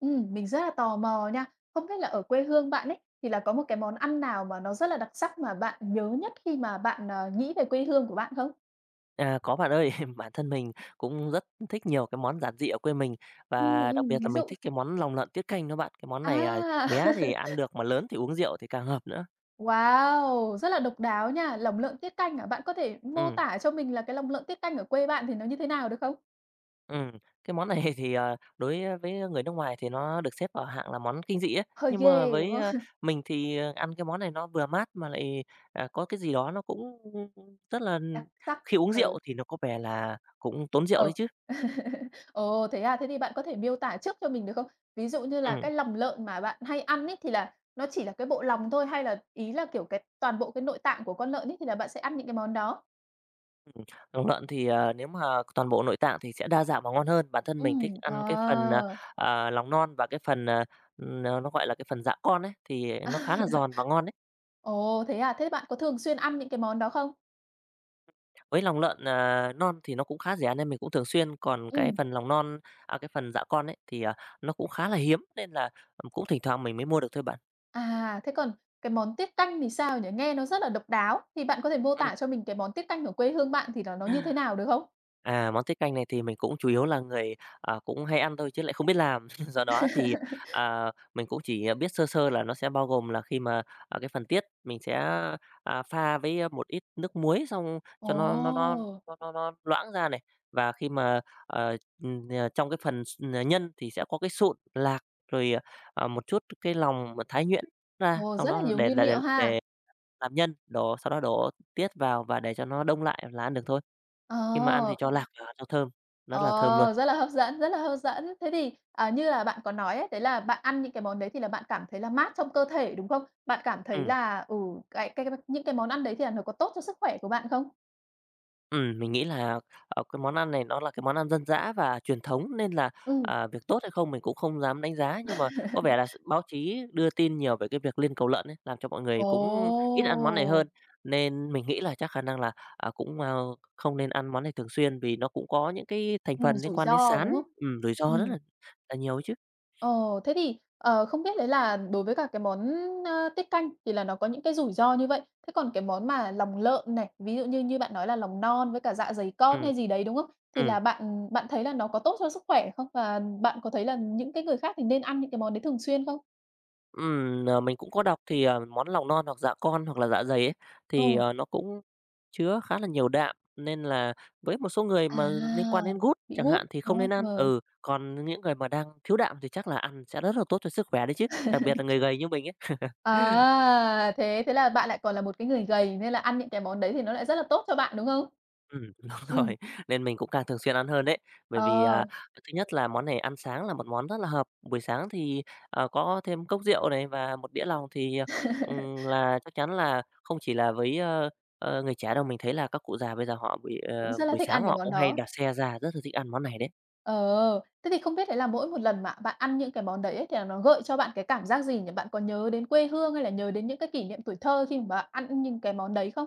Mình rất là tò mò nha. Không biết là ở quê hương bạn ấy, thì là có một cái món ăn nào mà nó rất là đặc sắc mà bạn nhớ nhất khi mà bạn, nghĩ về quê hương của bạn không? À, có bạn ơi. Bản thân mình cũng rất thích nhiều cái món giản dị ở quê mình và đặc biệt là Ví mình dụ. thích cái món lòng lợn tiết canh đó bạn. Cái món này, À! bé thì ăn được mà lớn thì uống rượu thì càng hợp nữa. Wow! Rất là độc đáo nha. Lòng lợn tiết canh à? Bạn có thể mô Ừm, tả cho mình là cái lòng lợn tiết canh ở quê bạn thì nó như thế nào được không? ừm. Cái món này thì, đối với người nước ngoài thì nó được xếp vào hạng là món kinh dị ấy, Hơi nhưng mà ghê, đúng với không? mình thì, ăn cái món này nó vừa mát mà lại, à, có cái gì đó nó cũng rất là Đặc sắc. khi uống Ừ. rượu thì nó có vẻ là cũng tốn rượu đấy Ừ. chứ. Ồ, thế à? Thế thì bạn có thể miêu tả trước cho mình được không? Ví dụ như ừ là cái lòng lợn mà bạn hay ăn ấy thì là nó chỉ là cái bộ lòng thôi hay là ý là, kiểu, cái toàn bộ cái nội tạng của con lợn ấy thì là bạn sẽ ăn những cái món đó? Lòng lợn thì, nếu mà toàn bộ nội tạng thì sẽ đa dạng và ngon hơn. Bản thân Ừ. mình thích Ờ. ăn cái phần, lòng non và cái phần, nó, gọi là, cái phần dạ con ấy, thì nó khá là giòn và ngon đấy. Ồ, thế à? Thế bạn có thường xuyên ăn những cái món đó không? Với lòng lợn, à, non thì nó cũng khá rẻ nên mình cũng thường xuyên, còn Ừ. cái phần lòng non cái phần dạ con ấy thì, nó cũng khá là hiếm nên là, cũng thỉnh thoảng mình mới mua được thôi bạn. À, thế còn cái món tiết canh thì sao nhỉ? Nghe nó rất là độc đáo, thì bạn có thể mô Ừ. tả cho mình cái món tiết canh ở quê hương bạn thì là nó như thế nào được không? À, món tiết canh này thì mình cũng chủ yếu là người, cũng hay ăn thôi chứ lại không biết làm. Do đó thì, à, mình cũng chỉ, biết sơ sơ là nó sẽ bao gồm là khi mà, cái phần tiết mình sẽ, pha với một ít nước muối xong cho nó nó nó Ồ, nó nó nó loãng ra này. Và khi mà, ờ, trong cái phần nhân thì sẽ có cái sụn, lạc, rồi, một chút cái lòng mà thái nhuyễn ra, ồ, xong rất là đó nhiều để nguyên để để liệu ha. để làm nhân, đổ sau đó đổ tiết vào và để cho nó đông lại là ăn được thôi. Khi mà ăn thì Ờ. cho lạc vào cho thơm, rất là thơm luôn. Ờ, rất là hấp dẫn, rất là hấp dẫn. Thế thì, như là bạn có nói ấy, đấy là bạn ăn những cái món đấy thì là bạn cảm thấy là mát trong cơ thể, đúng không? Bạn cảm thấy Ừm, là, cái những cái món ăn đấy thì là nó có tốt cho sức khỏe của bạn không? Mình nghĩ là, cái món ăn này nó là cái món ăn dân dã và truyền thống nên là, Ừm. Việc tốt hay không mình cũng không dám đánh giá, nhưng mà có vẻ là báo chí đưa tin nhiều về cái việc liên cầu lợn ấy, làm cho mọi người cũng ít ăn món này Ồ! hơn. Nên mình nghĩ là chắc khả năng là, không nên ăn món này thường xuyên vì nó cũng có những cái thành phần liên Rủi quan đến ro, đúng sán, không? Rủi ro rất Ừm. là nhiều ấy chứ. Ờ, thế thì, không biết đấy là đối với cả cái món, tiết canh thì là nó có những cái rủi ro như vậy. Thế còn cái món mà lòng lợn này, ví dụ như như bạn nói là lòng non với cả dạ dày con Ừm, hay gì đấy, đúng không? Thì ừm. là bạn bạn thấy là nó có tốt cho sức khỏe không? Và bạn có thấy là những cái người khác thì nên ăn những cái món đấy thường xuyên không? Ờ, mình cũng có đọc thì, món lòng non hoặc dạ con hoặc là dạ dày ấy, thì, Ừ. Nó cũng chứa khá là nhiều đạm, nên là với một số người mà liên À, quan đến gút bị chẳng gút, hạn thì không đúng không? nên ăn. Ừ. Ừ, còn những người mà đang thiếu đạm thì chắc là ăn sẽ rất là tốt cho sức khỏe đấy chứ, đặc biệt là người gầy như mình ấy. À, thế thế là bạn lại còn là một cái người gầy nên là ăn những cái món đấy thì nó lại rất là tốt cho bạn, đúng không? Đúng Ừm, rồi, nên mình cũng càng thường xuyên ăn hơn đấy. Bởi ờ, vì, thứ nhất là món này ăn sáng là một món rất là hợp, buổi sáng thì, có thêm cốc rượu này và một đĩa lòng thì, là chắc chắn là không chỉ là với người trẻ đâu, mình thấy là các cụ già bây giờ họ buổi, Cũng rất là buổi thích sáng ăn cái họ món cũng hay đó. đạp xe ra, rất là thích ăn món này đấy. Ờ, thế thì không biết đấy là mỗi một lần mà bạn ăn những cái món đấy ấy, thì là nó gợi cho bạn cái cảm giác gì nhỉ? Bạn có nhớ đến quê hương hay là nhớ đến những cái kỷ niệm tuổi thơ khi mà bạn ăn những cái món đấy không?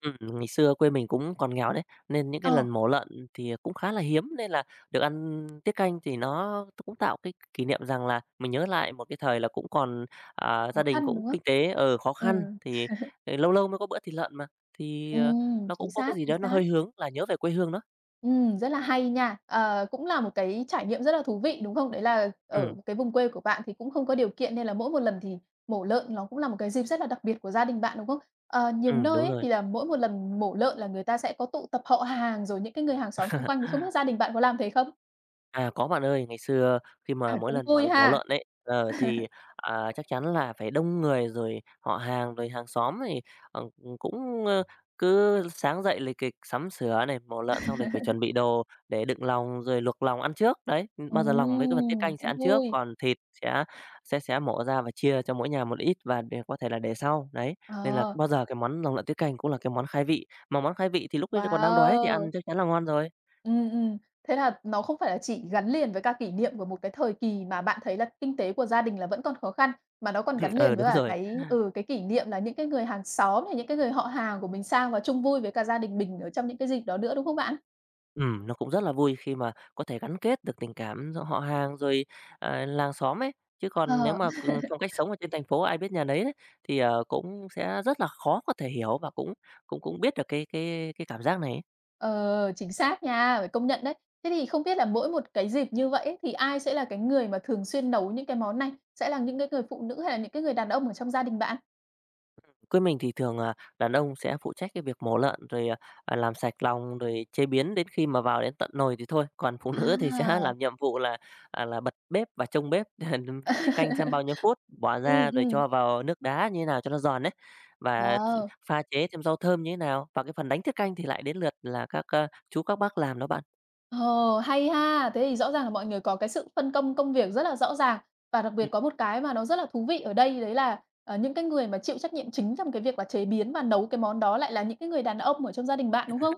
Ngày xưa quê mình cũng còn nghèo đấy, nên những Ờ, cái lần mổ lợn thì cũng khá là hiếm, nên là được ăn tiết canh thì nó cũng tạo cái kỷ niệm rằng là mình nhớ lại một cái thời là cũng còn, gia Khó đình khăn, cũng đúng không? kinh tế ở khó Ừ, khăn, thì, lâu lâu mới có bữa thịt lợn mà, thì, nó cũng chính có cái xác, gì chính đó nó xác. hơi hướng là nhớ về quê hương đó. Rất là hay nha. Ờ, cũng là một cái trải nghiệm rất là thú vị, đúng không? Đấy là ở Ừ, cái vùng quê của bạn thì cũng không có điều kiện nên là mỗi một lần thì mổ lợn nó cũng là một cái dịp rất là đặc biệt của gia đình bạn, đúng không? Ờ, nhiều nơi đúng ấy rồi. thì là mỗi một lần mổ lợn là người ta sẽ có tụ tập họ hàng, rồi những cái người hàng xóm xung quanh thì không biết gia đình bạn có làm thế không? À, có bạn ơi, ngày xưa khi À, mà mỗi cũng lần mà vui mổ ha. lợn ấy, chắc chắn là phải đông người rồi họ hàng, rồi hàng xóm thì, ờ, cũng, ơ, cứ sáng dậy lịch kịch sắm sửa này, mổ lợn xong rồi phải chuẩn bị đồ để đựng lòng rồi luộc lòng ăn trước. Đấy, bao giờ lòng với cái phần tiết canh sẽ Cũng ăn trước, vui. còn thịt sẽ sẽ mổ ra và chia cho mỗi nhà một ít và để có thể là để sau. Đấy, nên là Ờ, bao giờ cái món lòng lợn tiết canh cũng là cái món khai vị, mà món khai vị thì lúc ấy còn đang đói thì wow! ăn chắc chắn là ngon rồi. Ừ. Thế là nó không phải là chỉ gắn liền với cả kỷ niệm của một cái thời kỳ mà bạn thấy là kinh tế của gia đình là vẫn còn khó khăn, mà nó còn gắn Ừ, liền với đúng cả rồi. cái kỷ niệm là những cái người hàng xóm này, những cái người họ hàng của mình sang và chung vui với cả gia đình mình ở trong những cái dịp đó nữa, đúng không bạn? Nó cũng rất là vui khi mà có thể gắn kết được tình cảm giữa họ hàng rồi, làng xóm ấy. Chứ còn nếu Ờ, mà, phong cách sống ở trên thành phố ai biết nhà nấy đấy, thì, cũng sẽ rất là khó có thể hiểu và cũng cũng cũng biết được cái cảm giác này ấy. ờ, chính xác nha, phải công nhận đấy. Thế thì không biết là mỗi một cái dịp như vậy ấy, thì ai sẽ là cái người mà thường xuyên nấu những cái món này? Sẽ là những cái người phụ nữ hay là những cái người đàn ông ở trong gia đình bạn? Quê mình thì thường, đàn ông sẽ phụ trách cái việc mổ lợn, rồi, làm sạch lòng, rồi chế biến đến khi mà vào đến tận nồi thì thôi. Còn phụ nữ thì sẽ À! làm nhiệm vụ là, là bật bếp và trông bếp, canh xem bao nhiêu phút, bỏ ừ, ra rồi ừm. cho vào nước đá như thế nào cho nó giòn đấy và Wow! pha chế thêm rau thơm như thế nào. Và cái phần đánh tiết canh thì lại đến lượt là các, chú, các bác làm đó bạn. Ờ, hay ha! Thế thì rõ ràng là mọi người có cái sự phân công công việc rất là rõ ràng. Và đặc biệt Ừ. có một cái mà nó rất là thú vị ở đây đấy là, những cái người mà chịu trách nhiệm chính trong cái việc là chế biến và nấu cái món đó lại là những cái người đàn ông ở trong gia đình bạn, đúng không?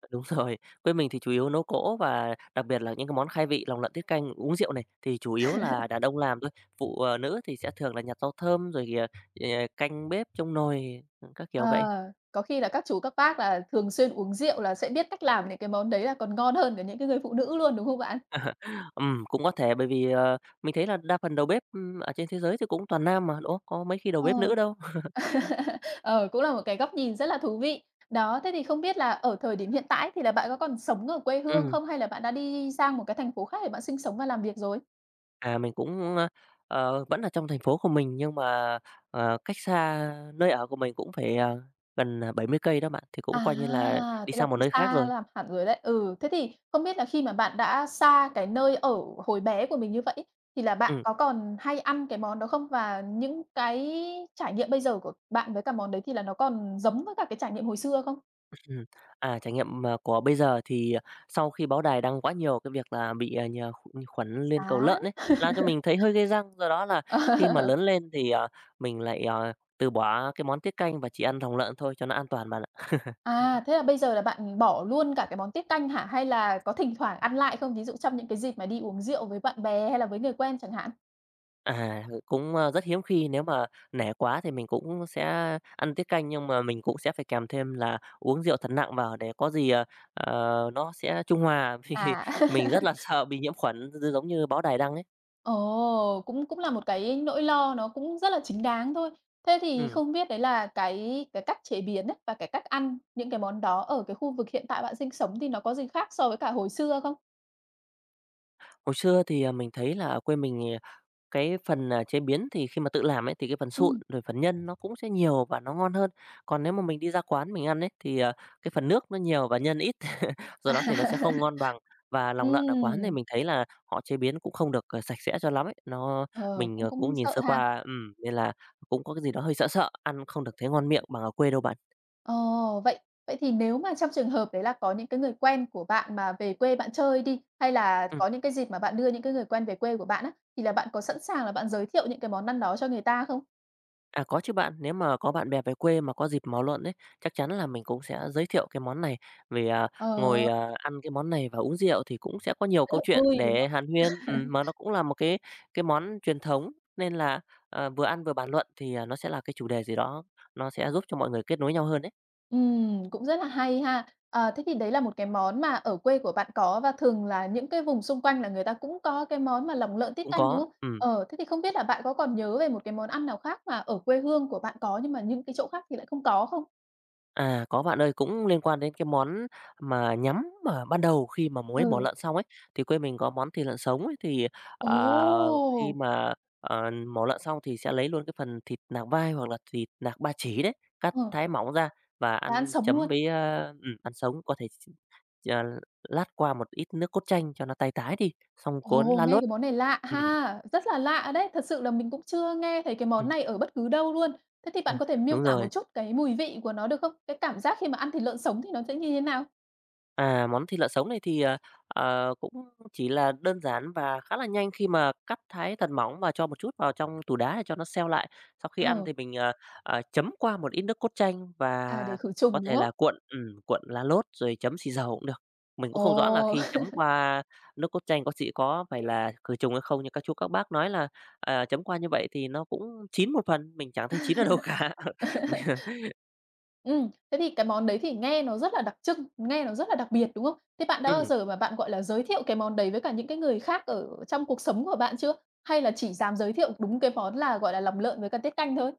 Ờ, đúng rồi, quê mình thì chủ yếu nấu cỗ và đặc biệt là những cái món khai vị, lòng lợn tiết canh, uống rượu này thì chủ yếu là đàn ông làm thôi, phụ, nữ thì sẽ thường là nhặt rau thơm rồi thì, ờ, canh bếp, trong nồi, ừ, các Ờ, kiểu vậy. có khi là các chú các bác là thường xuyên uống rượu là sẽ biết cách làm những cái món đấy là còn ngon hơn cả những cái người phụ nữ luôn, đúng không bạn? Cũng có thể bởi vì, mình thấy là đa phần đầu bếp, ở trên thế giới thì cũng toàn nam mà, đúng không? Có mấy khi đầu bếp Ờ, nữ đâu. ờ, cũng là một cái góc nhìn rất là thú vị. Đó, thế thì không biết là ở thời điểm hiện tại thì là bạn có còn sống ở quê hương Ừm, không? Hay là bạn đã đi sang một cái thành phố khác để bạn sinh sống và làm việc rồi? Mình cũng vẫn là trong thành phố của mình nhưng mà, cách xa nơi ở của mình cũng phải, gần, 70 cây đó bạn, thì cũng À, coi như là đi thế là sang một cũng nơi khác xa rồi. làm hẳn rồi đấy. Ừ, thế thì không biết là khi mà bạn đã xa cái nơi ở hồi bé của mình như vậy thì là bạn Ừm. có còn hay ăn cái món đó không? Và những cái trải nghiệm bây giờ của bạn với cả món đấy thì là nó còn giống với cả cái trải nghiệm hồi xưa không? Ừm. À, trải nghiệm mà của bây giờ thì, sau khi báo đài đăng quá nhiều cái việc là bị, à, nhờ kh khuẩn liên cầu Chán. lợn ấy, làm cho mình thấy hơi gây răng. Do đó là khi mà lớn lên thì, mình lại, từ bỏ cái món tiết canh và chỉ ăn lòng lợn thôi cho nó an toàn bạn ạ. À, thế là bây giờ là bạn bỏ luôn cả cái món tiết canh hả? Hay là có thỉnh thoảng ăn lại không? Ví dụ trong những cái dịp mà đi uống rượu với bạn bè hay là với người quen chẳng hạn? À, rất hiếm khi nếu mà nể quá thì mình cũng sẽ ăn tiết canh, nhưng mà mình cũng sẽ phải kèm thêm là uống rượu thật nặng vào để có gì, nó sẽ trung hòa, vì À. mình rất là sợ bị nhiễm khuẩn giống như báo đài đăng ấy. Ồ, cũng cũng là một cái nỗi lo nó cũng rất là chính đáng thôi. Thế thì Ừ. không biết đấy là cái cách chế biến ấy, và cái cách ăn những cái món đó ở cái khu vực hiện tại bạn sinh sống thì nó có gì khác so với cả hồi xưa không? Hồi xưa thì, mình thấy là ở quê mình, cái phần, chế biến thì khi mà tự làm ấy, thì cái phần sụn, Ừm. rồi phần nhân nó cũng sẽ nhiều và nó ngon hơn. Còn nếu mà mình đi ra quán mình ăn ấy, thì, cái phần nước nó nhiều và nhân ít, do À. đó thì nó sẽ không ngon bằng. Và lòng lợn ở quán thì Ừm, mình thấy là họ chế biến cũng không được, sạch sẽ cho lắm ấy, nó ờ, mình, cũng cũng cũng nhìn sợ sơ ha. qua, nên là cũng có cái gì đó hơi sợ sợ, ăn không được thấy ngon miệng bằng ở quê đâu bạn. Ồ, vậy vậy thì nếu mà trong trường hợp đấy là có những cái người quen của bạn mà về quê bạn chơi đi, hay là Ừm. có những cái dịp mà bạn đưa những cái người quen về quê của bạn á, thì là bạn có sẵn sàng là bạn giới thiệu những cái món ăn đó cho người ta không? À, có chứ bạn, nếu mà có bạn bè về quê mà có dịp máu luận ấy, chắc chắn là mình cũng sẽ giới thiệu cái món này, vì, ngồi, Ờ, ăn cái món này và uống rượu thì cũng sẽ có nhiều rất câu là chuyện vui. để hàn huyên, mà nó cũng là một cái món truyền thống, nên là, vừa ăn vừa bàn luận thì, nó sẽ là cái chủ đề gì đó nó sẽ giúp cho mọi người kết nối nhau hơn đấy, Cũng rất là hay ha. Ờ, thế thì đấy là một cái món mà ở quê của bạn có và thường là những cái vùng xung quanh là người ta cũng có cái món mà lòng lợn tiết cũng canh, đúng có, không? ừm. Ờ, thế thì không biết là bạn có còn nhớ về một cái món ăn nào khác mà ở quê hương của bạn có nhưng mà những cái chỗ khác thì lại không có không? À, có bạn ơi, cũng liên quan đến cái món mà nhắm mà ban đầu khi mà muối bỏ Ừ. lợn xong ấy, thì quê mình có món thịt lợn sống ấy, thì, ờ, khi Ồ! mà, mổ lợn xong thì sẽ lấy luôn cái phần thịt nạc vai hoặc là thịt nạc ba chỉ đấy, cắt Ờ, thái mỏng ra và và ăn ăn sống chấm luôn. với, ơ ăn sống có thể ờ, lát qua một ít nước cốt chanh cho nó tay tái đi, xong cuốn Ồ, lá nghe lốt. cái món này lạ Ừm, ha, rất là lạ đấy, thật sự là mình cũng chưa nghe thấy cái món ừm, này ở bất cứ đâu luôn. Thế thì ờ, bạn có thể miêu Đúng tả một rồi. chút cái mùi vị của nó được không? Cái cảm giác khi mà ăn thịt lợn sống thì nó sẽ như thế nào? À, món thịt lợn sống này thì, cũng chỉ là đơn giản và khá là nhanh khi mà cắt thái thật mỏng và cho một chút vào trong tủ đá để cho nó seo lại. Sau khi ăn Ờ. thì mình, chấm qua một ít nước cốt chanh À, để và khử có trùng, đúng thể là không? cuộn cuộn lá lốt rồi chấm xì dầu cũng được. Mình cũng Ồ! không rõ là khi chấm qua nước cốt chanh có xị có phải là khử trùng hay không, nhưng các chú các bác nói là, chấm qua như vậy thì nó cũng chín một phần, mình chẳng thấy chín ở đâu cả. Thế thì cái món đấy thì nghe nó rất là đặc trưng, nghe nó rất là đặc biệt, đúng không? Thế bạn đã bao Ừm. giờ mà bạn, gọi là, giới thiệu cái món đấy với cả những cái người khác ở trong cuộc sống của bạn chưa? Hay là chỉ dám giới thiệu đúng cái món là, gọi là, lòng lợn với cả tiết canh thôi?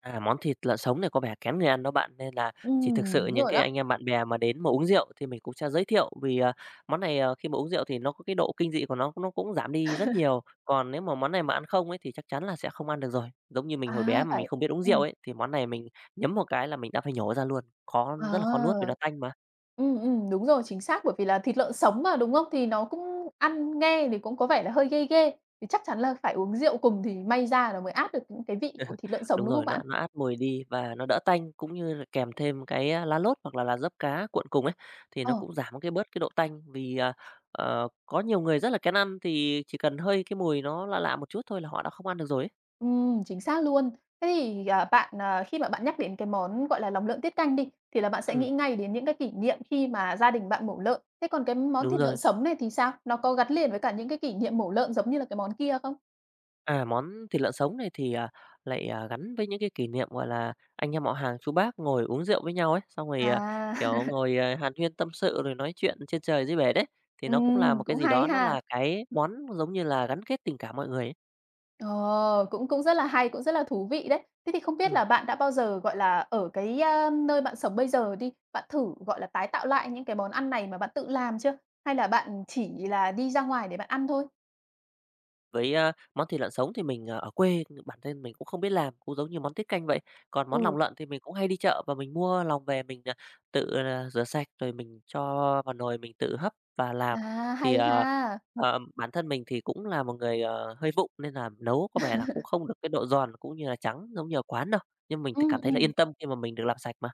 À, món thịt lợn sống này có vẻ kén người ăn đó bạn, nên là chỉ thực sự Đúng những rồi cái đó. anh em bạn bè mà đến mà uống rượu thì mình cũng sẽ giới thiệu, vì, à, món này, khi mà uống rượu thì nó có cái độ kinh dị của nó cũng giảm đi rất nhiều. Còn nếu mà món này mà ăn không ấy thì chắc chắn là sẽ không ăn được rồi. Giống như mình hồi À, bé mà mình phải không biết uống rượu ừm, ấy, thì món này mình nhấm một cái là mình đã phải nhổ ra luôn, rất là khó nuốt vì à, nó tanh mà. Đúng rồi, chính xác, bởi vì là thịt lợn sống mà, đúng không? Thì nó cũng ăn nghe thì cũng có vẻ là hơi ghê ghê, thì chắc chắn là phải uống rượu cùng thì may ra là mới át được những cái vị của thịt lợn sống, Đúng đúng không rồi, bạn? nó át mùi đi và nó đỡ tanh, cũng như là kèm thêm cái, lá lốt hoặc là lá giấp cá cuộn cùng ấy, thì nó Ờ. cũng giảm bớt cái độ tanh. Vì, có nhiều người rất là kén ăn thì chỉ cần hơi cái mùi nó lạ lạ một chút thôi là họ đã không ăn được rồi ấy. Chính xác luôn. Thế thì, bạn, khi mà bạn nhắc đến cái món, gọi là, lòng lợn tiết canh đi, thì là bạn sẽ Ừm, nghĩ ngay đến những cái kỷ niệm khi mà gia đình bạn mổ lợn. Thế còn cái món đúng thịt lợn rồi. sống này thì sao? Nó có gắn liền với cả những cái kỷ niệm mổ lợn giống như là cái món kia không? À, món thịt lợn sống này thì, lại, gắn với những cái kỷ niệm, gọi là, anh em họ hàng, chú bác ngồi uống rượu với nhau ấy, xong rồi, À, kiểu, ngồi, hàn huyên tâm sự rồi nói chuyện trên trời dưới bể đấy, thì nó cũng là một cái cũng gì đó hay nó ha. là cái món giống như là gắn kết tình cảm mọi người ấy. Ờ, cũng cũng rất là hay, cũng rất là thú vị đấy. Thế thì không biết Ừm. là bạn đã bao giờ, gọi là, ở cái, nơi bạn sống bây giờ đi, bạn thử, gọi là, tái tạo lại những cái món ăn này mà bạn tự làm chưa? Hay là bạn chỉ là đi ra ngoài để bạn ăn thôi? Với, món thịt lợn sống thì mình, ở quê, bản thân mình cũng không biết làm, cũng giống như món tiết canh vậy. Còn món lòng Ừ. lợn thì mình cũng hay đi chợ và mình mua lòng về mình, tự, rửa sạch rồi mình cho vào nồi mình tự hấp và làm. À, Thì, hay ha! Bản thân mình thì cũng là một người, hơi vụng nên là nấu có vẻ là cũng không được cái độ giòn cũng như là trắng giống như ở quán đâu, nhưng mình ừ thì cảm ừ, thấy là yên tâm khi mà mình được làm sạch mà.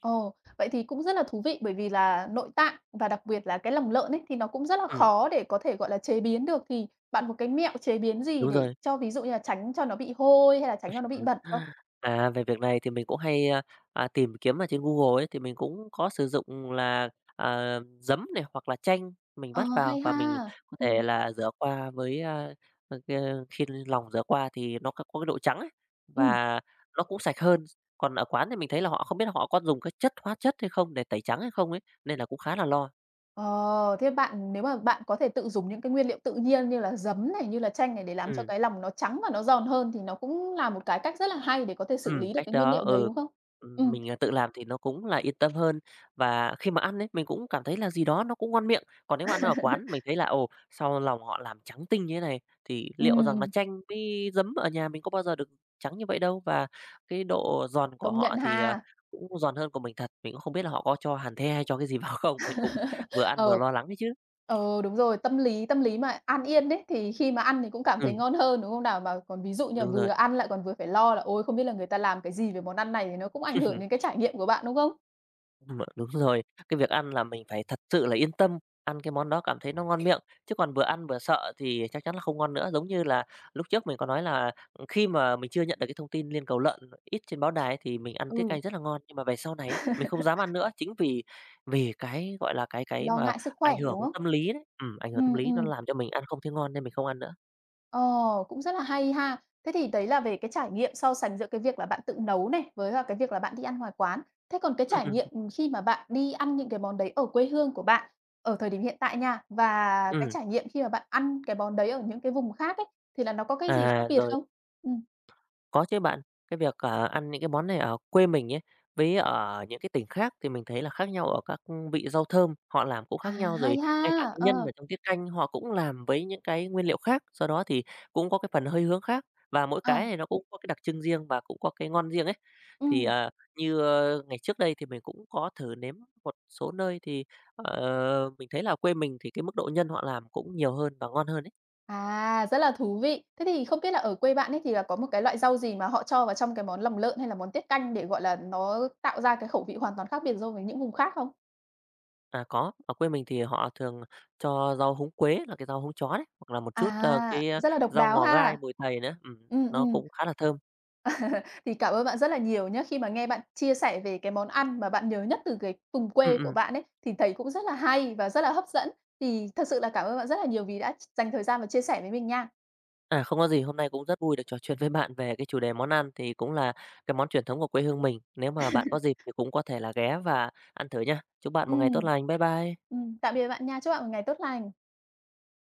Ồ, vậy thì cũng rất là thú vị bởi vì là nội tạng và đặc biệt là cái lòng lợn ấy, thì nó cũng rất là Ừm, khó để có thể, gọi là, chế biến được, thì bạn có cái mẹo chế biến gì đúng để rồi. cho ví dụ như là tránh cho nó bị hôi hay là tránh cho nó bị Ừm. bẩn không? À, về việc này thì mình cũng hay, tìm kiếm ở trên Google ấy, thì mình cũng có sử dụng là, giấm này hoặc là chanh mình Ờ, vắt vào hay và mình ha! có ừ thể là rửa qua với, khi lòng rửa qua thì nó có cái độ trắng ấy, ừ, và nó cũng sạch hơn. Còn ở quán thì mình thấy là họ không biết họ có dùng các chất hóa chất hay không để tẩy trắng hay không ấy, nên là cũng khá là lo. Ờ, thế bạn nếu mà bạn có thể tự dùng những cái nguyên liệu tự nhiên như là giấm này, như là chanh này để làm cho Ừm. cái lòng nó trắng và nó giòn hơn thì nó cũng là một cái cách rất là hay để có thể xử lý được Cách cái nguyên đó liệu đấy, ừ, đúng không? Ừm, mình, tự làm thì nó cũng là yên tâm hơn. Và khi mà ăn ấy, mình cũng cảm thấy là gì đó nó cũng ngon miệng. Còn nếu mà ăn ở quán mình thấy là, ồ, sao lòng họ làm trắng tinh như thế này, thì liệu rằng là ừm, chanh với giấm ở nhà mình có bao giờ được trắng như vậy đâu. Và cái độ giòn của Công họ nhận thì, ha. cũng giòn hơn của mình thật, mình cũng không biết là họ có cho hàn the hay cho cái gì vào không? Mình cũng vừa ăn vừa Ờ. lo lắng ấy chứ. Ờ, đúng rồi, tâm lý mà an yên đấy, thì khi mà ăn thì cũng cảm thấy Ừm, ngon hơn, đúng không nào? Mà còn ví dụ như là đúng rồi. vừa ăn lại còn vừa phải lo là "Ôi, không biết là người ta làm cái gì về món ăn này?" thì nó cũng ảnh hưởng đến cái trải nghiệm của bạn, đúng không? Đúng rồi. Cái việc ăn là mình phải thật sự là yên tâm, ăn cái món đó cảm thấy nó ngon miệng, chứ còn vừa ăn vừa sợ thì chắc chắn là không ngon nữa. Giống như là lúc trước mình có nói là, ừ, khi mà mình chưa nhận được cái thông tin liên cầu lợn ít trên báo đài ấy, thì mình ăn tiết Ừ, canh rất là ngon, nhưng mà về sau này ấy, mình không dám ăn nữa, chính vì vì cái, gọi là, cái lo mà ngại sức khỏe, ảnh hưởng đúng không? tâm lý đấy, ảnh hưởng tâm Ừm, lý nó ừm. làm cho mình ăn không thấy ngon nên mình không ăn nữa. Ờ, cũng rất là hay ha. Thế thì đấy là về cái trải nghiệm so sánh giữa cái việc là bạn tự nấu này, với là cái việc là bạn đi ăn ngoài quán. Thế còn cái Ừm, trải ừm, nghiệm, khi mà bạn đi ăn những cái món đấy ở quê hương của bạn, ở thời điểm hiện tại nha, và cái ừm. trải nghiệm khi mà bạn ăn cái món đấy ở những cái vùng khác ấy, thì là nó có cái gì khác À, biệt rồi. không? Ừm. Có chứ bạn, cái việc, ăn những cái món này ở quê mình ấy, với ở những cái tỉnh khác thì mình thấy là khác nhau ở các vị rau thơm, họ làm cũng À, khác nhau, rồi hay ha! ngay cả cái nhân Ờ, ở trong tiết canh họ cũng làm với những cái nguyên liệu khác, do đó thì cũng có cái phần hơi hướng khác, và mỗi ờ, cái này nó cũng có cái đặc trưng riêng và cũng có cái ngon riêng ấy. Thì, ừm. Như, ngày trước đây thì mình cũng có thử nếm một số nơi thì, mình thấy là quê mình thì cái mức độ nhân họ làm cũng nhiều hơn và ngon hơn ấy. À, rất là thú vị. Thế thì không biết là ở quê bạn ấy thì là có một cái loại rau gì mà họ cho vào trong cái món lòng lợn hay là món tiết canh để, gọi là, nó tạo ra cái khẩu vị hoàn toàn khác biệt so với những vùng khác không? À, có, ở quê mình thì họ thường cho rau húng quế là cái rau húng chó đấy, hoặc là một chút, À, cái, rất là độc rau đáo ngò gai, ha. mùi thầy nữa, Ừm, nó ừm, cũng khá là thơm. thì cảm ơn bạn rất là nhiều nhé. Khi mà nghe bạn chia sẻ về cái món ăn mà bạn nhớ nhất từ cái vùng Ừm, quê của ừm. bạn ấy, thì thấy cũng rất là hay và rất là hấp dẫn. Thì thật sự là cảm ơn bạn rất là nhiều vì đã dành thời gian và chia sẻ với mình nha. À, không có gì, hôm nay cũng rất vui được trò chuyện với bạn về cái chủ đề món ăn thì cũng là cái món truyền thống của quê hương mình. Nếu mà bạn có dịp thì cũng có thể là ghé và ăn thử nha. Chúc bạn một ngày tốt Ừm, lành. Bye bye. Tạm biệt bạn nha. Chúc bạn một ngày tốt lành.